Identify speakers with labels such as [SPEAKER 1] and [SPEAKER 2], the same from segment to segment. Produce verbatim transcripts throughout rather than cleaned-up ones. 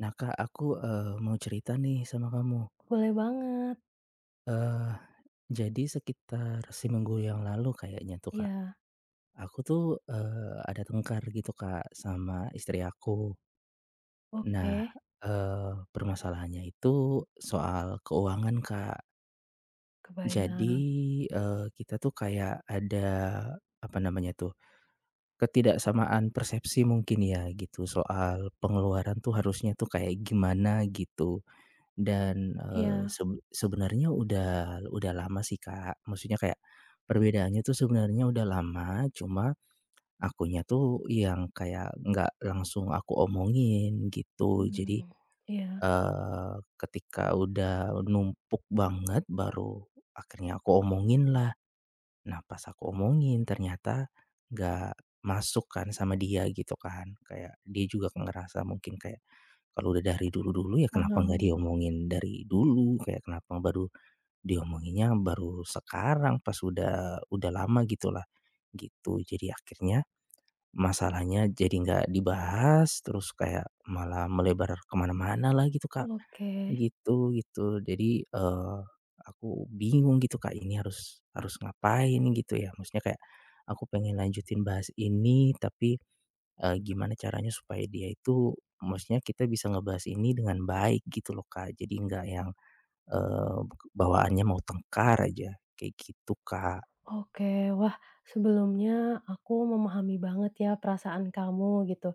[SPEAKER 1] Nah, Kak, aku, eee, mau cerita nih sama kamu.
[SPEAKER 2] Boleh banget,
[SPEAKER 1] Eee, jadi sekitar seminggu yang lalu kayaknya tuh, Kak,
[SPEAKER 2] iya,
[SPEAKER 1] aku tuh, eee, ada tengkar gitu, Kak, sama istri aku.
[SPEAKER 2] oke,
[SPEAKER 1] Nah, eee, permasalahannya itu soal keuangan, Kak. Jadi,
[SPEAKER 2] kebayang,
[SPEAKER 1] eee, kita tuh kayak ada, apa namanya tuh, ketidaksamaan persepsi mungkin ya gitu soal pengeluaran tuh harusnya tuh kayak gimana gitu. Dan, eee,
[SPEAKER 2] iya,
[SPEAKER 1] seb sebenarnya udah udah lama sih, Kak. Maksudnya kayak perbedaannya tuh sebenarnya udah lama, cuma akunya tuh yang kayak nggak langsung aku omongin gitu. Jadi,
[SPEAKER 2] mmm, iya,
[SPEAKER 1] eee, ketika udah numpuk banget baru akhirnya aku omongin lah. Nah, pas aku omongin ternyata nggak masuk kan sama dia gitu kan. Kayak dia juga ngerasa mungkin kayak, kalau udah dari dulu-dulu ya kenapa nggak
[SPEAKER 2] paham,
[SPEAKER 1] diomongin dari dulu, kayak kenapa baru diomonginnya baru sekarang pas udah udah lama gitulah, gitu. Jadi akhirnya masalahnya jadi nggak dibahas, terus kayak malah melebar kemana mana lah gitu, Kak.
[SPEAKER 2] oke
[SPEAKER 1] Gitu gitu. Jadi, eee, aku bingung gitu, Kak, ini harus harus ngapain gitu ya. Maksudnya kayak aku pengen lanjutin bahas ini, tapi, eee, gimana caranya supaya dia itu maksudnya kita bisa ngebahas ini dengan baik gitu loh, Kak. Jadi nggak yang, eee, bawaannya mau tengkar aja, kayak gitu, Kak.
[SPEAKER 2] oke. Wah, sebelumnya aku memahami banget ya perasaan kamu gitu.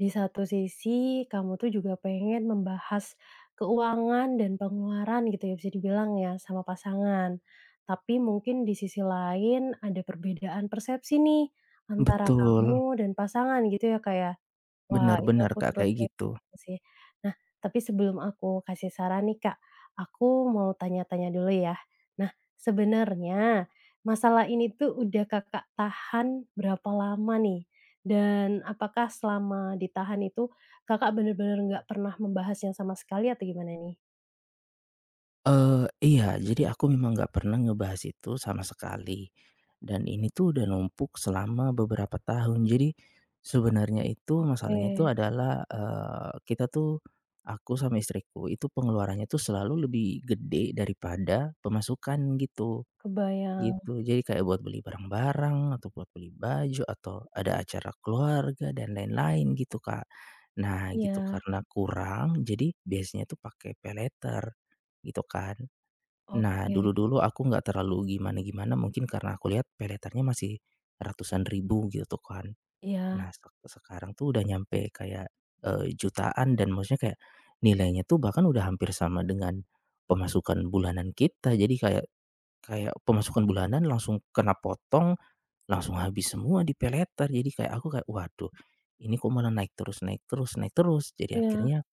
[SPEAKER 2] Di satu sisi kamu tuh juga pengen membahas keuangan dan pengeluaran gitu ya, bisa dibilang ya, sama pasangan. Tapi mungkin di sisi lain ada perbedaan persepsi nih antara
[SPEAKER 1] Betul,
[SPEAKER 2] kamu dan pasangan gitu ya, kayak. Wah,
[SPEAKER 1] benar
[SPEAKER 2] itu
[SPEAKER 1] benar,
[SPEAKER 2] aku
[SPEAKER 1] Kak,
[SPEAKER 2] turut
[SPEAKER 1] kayak gitu.
[SPEAKER 2] prihatin sih. Nah, tapi sebelum aku kasih saran nih, Kak, aku mau tanya-tanya dulu ya. Nah, sebenarnya masalah ini tuh udah Kakak tahan berapa lama nih? Dan apakah selama ditahan itu Kakak bener-bener nggak pernah membahasnya sama sekali atau gimana nih?
[SPEAKER 1] Eh iya, jadi aku memang nggak pernah ngebahas itu sama sekali, dan ini tuh udah numpuk selama beberapa tahun. Jadi, sebenarnya itu
[SPEAKER 2] Oke,
[SPEAKER 1] masalahnya itu adalah, eee, kita tuh aku sama istriku itu pengeluarannya tuh selalu lebih gede daripada pemasukan gitu,
[SPEAKER 2] kebayang.
[SPEAKER 1] gitu. Jadi kayak buat beli barang-barang atau buat beli baju atau ada acara keluarga dan lain-lain gitu, Kak. Nah gitu,
[SPEAKER 2] Iya,
[SPEAKER 1] karena kurang jadi biasanya tuh pakai pay later, gitu kan. Nah,
[SPEAKER 2] oke.
[SPEAKER 1] dulu-dulu aku nggak terlalu gimana-gimana mungkin karena aku lihat peletarnya masih ratusan ribu gitu kan.
[SPEAKER 2] Iya,
[SPEAKER 1] Nah, sek sekarang tuh udah nyampe kayak, eee, jutaan dan maksudnya kayak nilainya tuh bahkan udah hampir sama dengan pemasukan bulanan kita. Jadi kayak kayak pemasukan bulanan langsung kena potong, langsung habis semua di peleter. Jadi kayak aku kayak, "Waduh, ini kok malah naik terus naik terus naik terus." Jadi
[SPEAKER 2] iya.
[SPEAKER 1] akhirnya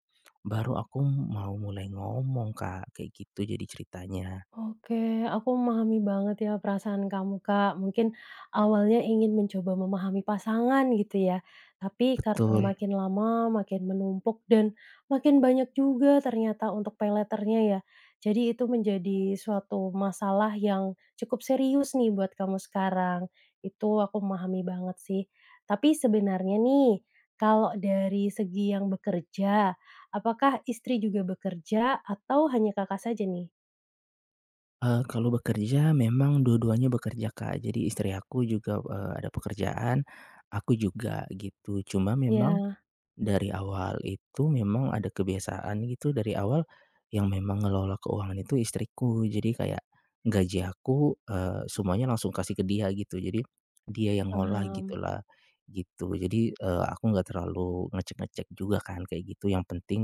[SPEAKER 1] baru aku mau mulai ngomong Kak, kayak gitu jadi ceritanya.
[SPEAKER 2] Oke, aku memahami banget ya perasaan kamu, Kak. Mungkin awalnya ingin mencoba memahami pasangan gitu ya, tapi karena
[SPEAKER 1] Betul.
[SPEAKER 2] makin lama makin menumpuk dan makin banyak juga ternyata untuk pay later ya. Jadi itu menjadi suatu masalah yang cukup serius nih buat kamu sekarang. Itu aku memahami banget sih. Tapi sebenarnya nih, kalau dari segi yang bekerja, apakah istri juga bekerja atau hanya Kakak saja nih?
[SPEAKER 1] Eee, kalau bekerja memang dua-duanya bekerja, Kak. Jadi istri aku juga, eee, ada pekerjaan, aku juga gitu. Cuma memang,
[SPEAKER 2] Ya.
[SPEAKER 1] dari awal itu memang ada kebiasaan gitu dari awal, yang memang ngelola keuangan itu istriku. Jadi kayak gaji aku, eee, semuanya langsung kasih ke dia gitu. Jadi dia yang ngolah
[SPEAKER 2] Paham
[SPEAKER 1] gitulah, gitu. Jadi, eee, aku nggak terlalu ngecek-ngecek juga kan kayak gitu. Yang penting,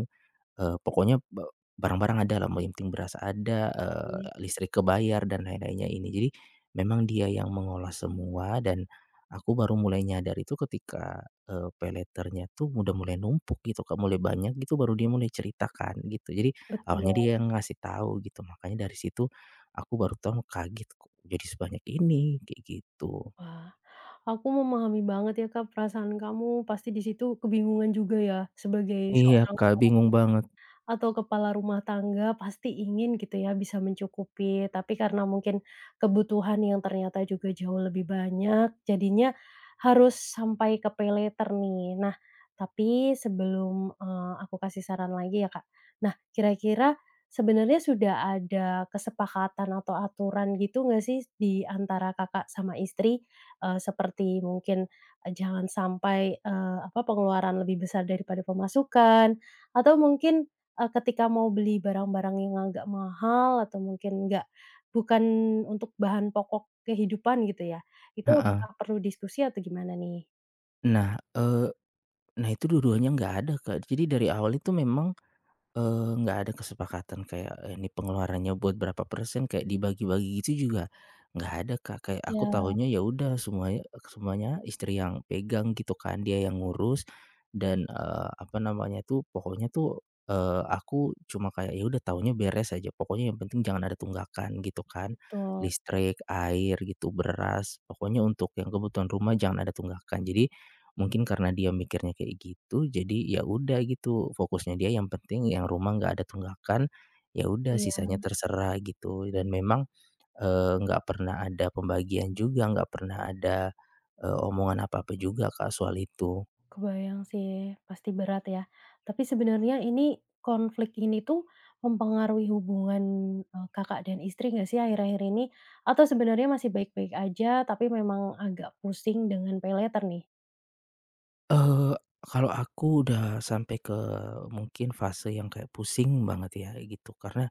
[SPEAKER 1] eee, pokoknya be barang-barang ada lah yang penting beras ada, eee,
[SPEAKER 2] sih,
[SPEAKER 1] listrik kebayar dan lain-lainnya ini. Jadi memang dia yang mengolah semua dan aku baru mulai nyadar itu ketika Eee, payletternya tuh udah mulai numpuk gitu Kak, mulai banyak gitu baru dia mulai ceritakan gitu. Jadi
[SPEAKER 2] betul.
[SPEAKER 1] awalnya dia yang ngasih tahu gitu, makanya dari situ aku baru tahu kaget, kok jadi sebanyak ini, kayak gitu.
[SPEAKER 2] Wah, aku memahami banget ya, Kak, perasaan kamu pasti di situ kebingungan juga ya sebagai
[SPEAKER 1] Iya
[SPEAKER 2] seorang
[SPEAKER 1] Kak, bingung banget,
[SPEAKER 2] atau kepala rumah tangga pasti ingin gitu ya bisa mencukupi, tapi karena mungkin kebutuhan yang ternyata juga jauh lebih banyak, jadinya harus sampai ke pay later nih. Nah, tapi sebelum, eee, aku kasih saran lagi ya, Kak. Nah, kira-kira sebenarnya sudah ada kesepakatan atau aturan gitu nggak sih di antara Kakak sama istri? Eee, seperti mungkin, eee, jangan sampai, eee, apa, pengeluaran lebih besar daripada pemasukan, atau mungkin Eee, ketika mau beli barang-barang yang agak mahal atau mungkin nggak bukan untuk bahan pokok kehidupan gitu ya, itu
[SPEAKER 1] heeh.
[SPEAKER 2] apakah perlu diskusi atau gimana nih?
[SPEAKER 1] Nah, eee, nah itu dua-duanya nggak ada Kak, jadi dari awal itu memang Eee, nggak ada kesepakatan kayak, eee, ini pengeluarannya buat berapa persen, kayak dibagi-bagi gitu juga nggak ada, Kak. Kayak aku
[SPEAKER 2] Iya,
[SPEAKER 1] tahunya ya udah semuanya semuanya istri yang pegang gitu kan, dia yang ngurus dan, eee, apa namanya tuh, pokoknya tuh, eee, aku cuma kayak ya udah tahunya beres aja, pokoknya yang penting jangan ada tunggakan gitu kan.
[SPEAKER 2] Betul,
[SPEAKER 1] Listrik, air gitu, beras, pokoknya untuk yang kebutuhan rumah jangan ada tunggakan. Jadi mungkin karena dia mikirnya kayak gitu, jadi ya udah gitu, fokusnya dia yang penting yang rumah nggak ada tunggakan, ya udah
[SPEAKER 2] iya.
[SPEAKER 1] sisanya terserah gitu. Dan memang, eee, nggak pernah ada pembagian juga, nggak pernah ada, eee, omongan apa-apa juga, Kak, soal itu.
[SPEAKER 2] Kebayang sih, pasti berat ya. Tapi sebenarnya ini konflik ini tuh mempengaruhi hubungan, eee, Kakak dan istri nggak sih akhir-akhir ini? Atau sebenarnya masih baik-baik aja tapi memang agak pusing dengan paylater nih?
[SPEAKER 1] Eee, kalau aku udah sampai ke mungkin fase yang kayak pusing banget ya gitu, karena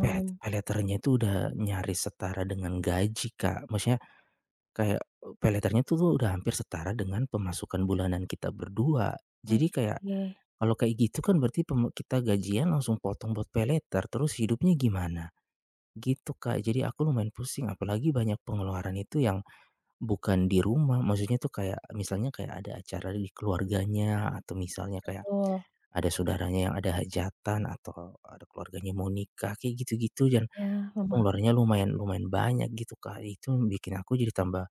[SPEAKER 1] pet pay later itu udah nyaris setara dengan gaji, Kak. Maksudnya kayak, eee, pay later tuh tuh udah hampir setara dengan pemasukan bulanan kita berdua. Jadi kayak,
[SPEAKER 2] mengerti,
[SPEAKER 1] kalau kayak gitu kan berarti peme kita gajian langsung potong buat pay later, terus hidupnya gimana? Gitu, Kak. Jadi aku lumayan pusing, apalagi banyak pengeluaran itu yang bukan di rumah, maksudnya tuh kayak misalnya kayak ada acara di keluarganya atau misalnya kayak
[SPEAKER 2] betul,
[SPEAKER 1] ada saudaranya yang ada hajatan atau ada keluarganya mau nikah, kayak gitu-gitu dan
[SPEAKER 2] ya
[SPEAKER 1] itu pengeluarannya lumayan lumayan banyak gitu, Kak. Itu bikin aku jadi tambah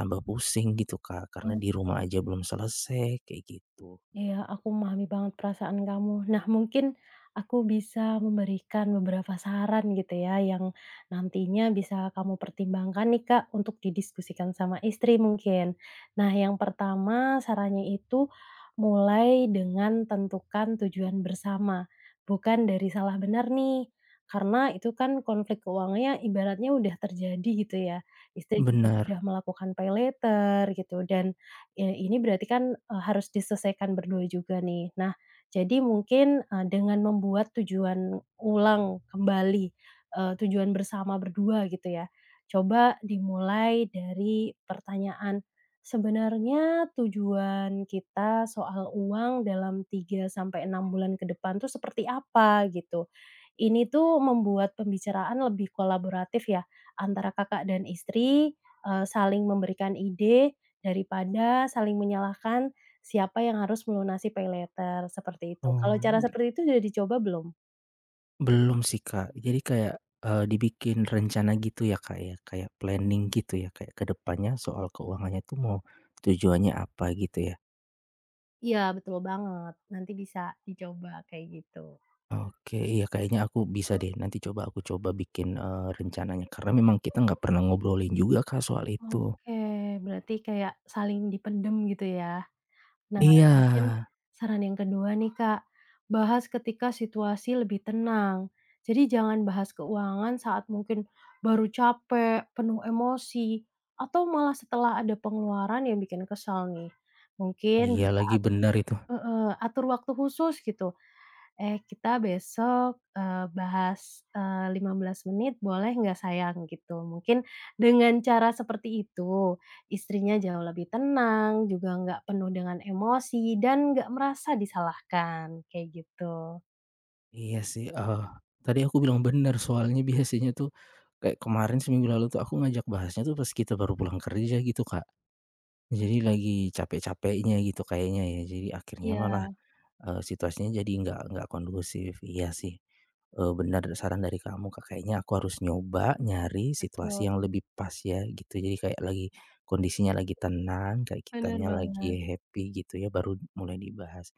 [SPEAKER 1] tambah pusing gitu, Kak, karena di
[SPEAKER 2] memahami.
[SPEAKER 1] rumah aja belum selesai, kayak gitu.
[SPEAKER 2] Iya, aku memahami banget perasaan kamu. Nah, mungkin aku bisa memberikan beberapa saran gitu ya, yang nantinya bisa kamu pertimbangkan nih, Kak, untuk didiskusikan sama istri mungkin. Nah, yang pertama sarannya itu mulai dengan tentukan tujuan bersama, bukan dari salah benar nih. Karena itu kan konflik keuangannya ibaratnya udah terjadi gitu ya. Istri juga sudah
[SPEAKER 1] Benar.
[SPEAKER 2] melakukan pay later gitu dan Ya ini berarti kan, eee, harus diselesaikan berdua juga nih. Nah, jadi mungkin, eee, dengan membuat tujuan ulang kembali, eee, tujuan bersama berdua gitu ya, coba dimulai dari pertanyaan, "Sebenarnya tujuan kita soal uang dalam tiga sampai enam bulan ke depan tuh seperti apa?" Gitu. Ini tuh membuat pembicaraan lebih kolaboratif ya, antara Kakak dan istri, eee, saling memberikan ide Daripada saling menyalahkan siapa yang harus melunasi paylater, seperti itu. Kalau
[SPEAKER 1] Oh,
[SPEAKER 2] cara
[SPEAKER 1] di-
[SPEAKER 2] seperti itu sudah dicoba belum?
[SPEAKER 1] Belum sih, Kak. Jadi kayak, eee, dibikin rencana gitu ya, Kak, ya, kayak planning gitu ya, kayak ke depannya soal keuangannya tuh mau tujuannya apa gitu ya.
[SPEAKER 2] Iya, betul banget. Nanti bisa dicoba kayak gitu.
[SPEAKER 1] Oke, iya kayaknya aku bisa deh, nanti coba aku coba bikin, eee, rencananya karena memang kita nggak pernah ngobrolin juga, Kak, soal itu.
[SPEAKER 2] Oke, berarti kayak saling dipendem gitu ya. Nah,
[SPEAKER 1] Iya.
[SPEAKER 2] mungkin saran yang kedua nih, Kak, bahas ketika situasi lebih tenang. Jadi jangan bahas keuangan saat mungkin baru capek, penuh emosi, atau malah setelah ada pengeluaran yang bikin kesal nih. Mungkin
[SPEAKER 1] Iya
[SPEAKER 2] bisa
[SPEAKER 1] lagi, benar itu.
[SPEAKER 2] Heeh, atur waktu khusus gitu, "Eh, kita besok, eee, bahas, eee, lima belas menit boleh nggak sayang?" Gitu. Mungkin dengan cara seperti itu, istrinya jauh lebih tenang, juga nggak penuh dengan emosi, dan nggak merasa disalahkan, kayak gitu.
[SPEAKER 1] Iya sih, eee, tadi aku bilang benar soalnya biasanya tuh kayak kemarin seminggu lalu tuh aku ngajak bahasnya tuh pas kita baru pulang kerja gitu, Kak. Jadi lagi capek-capeknya gitu kayaknya ya, jadi akhirnya malah,
[SPEAKER 2] Iya,
[SPEAKER 1] eee, situasinya jadi nggak nggak kondusif. Iya sih, eee, bener saran dari kamu, Kak, kayaknya aku harus nyoba nyari situasi
[SPEAKER 2] betul,
[SPEAKER 1] yang lebih pas ya gitu, jadi kayak lagi kondisinya lagi tenang, kayak
[SPEAKER 2] bener
[SPEAKER 1] kitanya
[SPEAKER 2] banget.
[SPEAKER 1] lagi happy gitu ya baru mulai dibahas.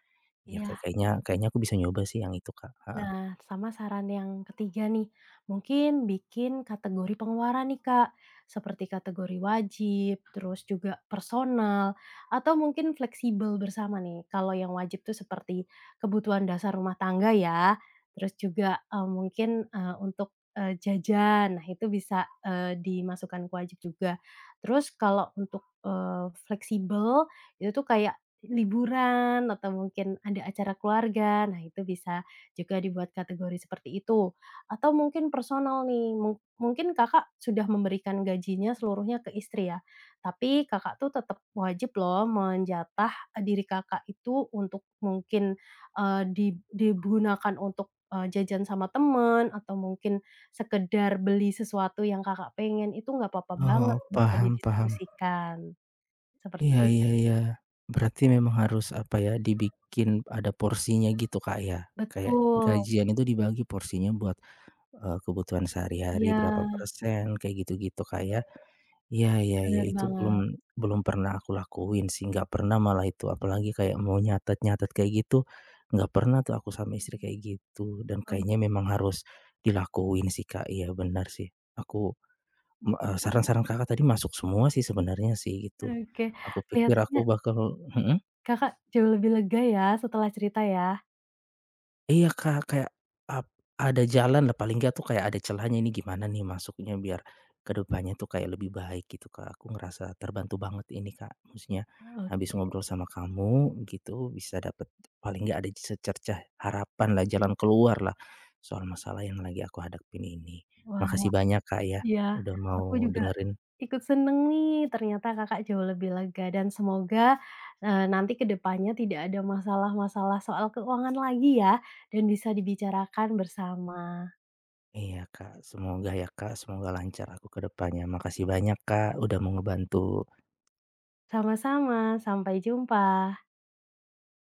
[SPEAKER 1] Ya Kak,
[SPEAKER 2] Iya.
[SPEAKER 1] kayaknya kayaknya aku bisa nyoba sih yang itu, Kak, heeh.
[SPEAKER 2] Nah, sama saran yang ketiga nih, mungkin bikin kategori pengeluaran nih Kak, seperti kategori wajib, terus juga personal, atau mungkin fleksibel bersama nih. Kalau yang wajib tuh seperti kebutuhan dasar rumah tangga ya, terus juga eh, mungkin eh, untuk eh, jajan, nah itu bisa eh, dimasukkan ke wajib juga. Terus kalau untuk eh, fleksibel, itu tuh kayak liburan atau mungkin ada acara keluarga, nah itu bisa jika dibuat kategori seperti itu, atau mungkin personal nih, mung mungkin Kakak sudah memberikan gajinya seluruhnya ke istri ya, tapi Kakak tuh tetap wajib loh menjatah, eh, diri Kakak itu untuk mungkin, eee, di digunakan untuk, eee, jajan sama temen atau mungkin sekedar beli sesuatu yang Kakak pengen, itu nggak apa apa banget,
[SPEAKER 1] Oh,
[SPEAKER 2] bisa
[SPEAKER 1] paham paham.
[SPEAKER 2] didiskusikan, seperti
[SPEAKER 1] Iya
[SPEAKER 2] itu
[SPEAKER 1] iya
[SPEAKER 2] sih.
[SPEAKER 1] iya. Berarti memang harus, apa ya, dibikin ada porsinya gitu, Kak, ya? Kayak
[SPEAKER 2] Betul,
[SPEAKER 1] gajian itu dibagi porsinya buat, eee, kebutuhan sehari-hari
[SPEAKER 2] iya,
[SPEAKER 1] berapa persen, kayak gitu-gitu, Kak, ya? Iya iya iya,
[SPEAKER 2] benar
[SPEAKER 1] itu belum
[SPEAKER 2] banget.
[SPEAKER 1] belum pernah aku lakuin sih, nggak pernah malah itu, apalagi kayak mau nyatet-nyatet kayak gitu, nggak pernah tuh aku sama istri kayak gitu, dan
[SPEAKER 2] Wah,
[SPEAKER 1] kayaknya memang harus dilakuin sih, Kak. Iya, benar sih. Aku Me eee, saran-saran Kakak tadi masuk semua sih sebenarnya sih gitu.
[SPEAKER 2] oke,
[SPEAKER 1] Aku pikir aku
[SPEAKER 2] kelihatannya
[SPEAKER 1] bakal mhm?
[SPEAKER 2] Kakak jauh lebih lega ya setelah cerita ya?
[SPEAKER 1] Iya, Kak, kayak ap ada jalan lah paling nggak tuh kayak ada celahnya ini gimana nih masuknya biar ke depannya tuh kayak lebih baik gitu, Kak. Aku ngerasa terbantu banget ini, Kak, maksudnya habis
[SPEAKER 2] Oke,
[SPEAKER 1] ngobrol sama kamu gitu bisa dapet paling nggak ada secercah harapan lah, jalan keluar lah soal masalah yang lagi aku hadapin ini.
[SPEAKER 2] wah
[SPEAKER 1] Makasih banyak, Kak, ya,
[SPEAKER 2] iya,
[SPEAKER 1] udah
[SPEAKER 2] aku
[SPEAKER 1] mau
[SPEAKER 2] juga
[SPEAKER 1] dengerin.
[SPEAKER 2] ikut seneng nih ternyata Kakak jauh lebih lega dan semoga, eee, nanti ke depannya tidak ada masalah-masalah soal keuangan lagi ya dan bisa dibicarakan bersama.
[SPEAKER 1] Iya Kak, semoga ya Kak, semoga lancar aku ke depannya. Makasih banyak Kak, udah mau ngebantu.
[SPEAKER 2] Sama-sama, sampai jumpa.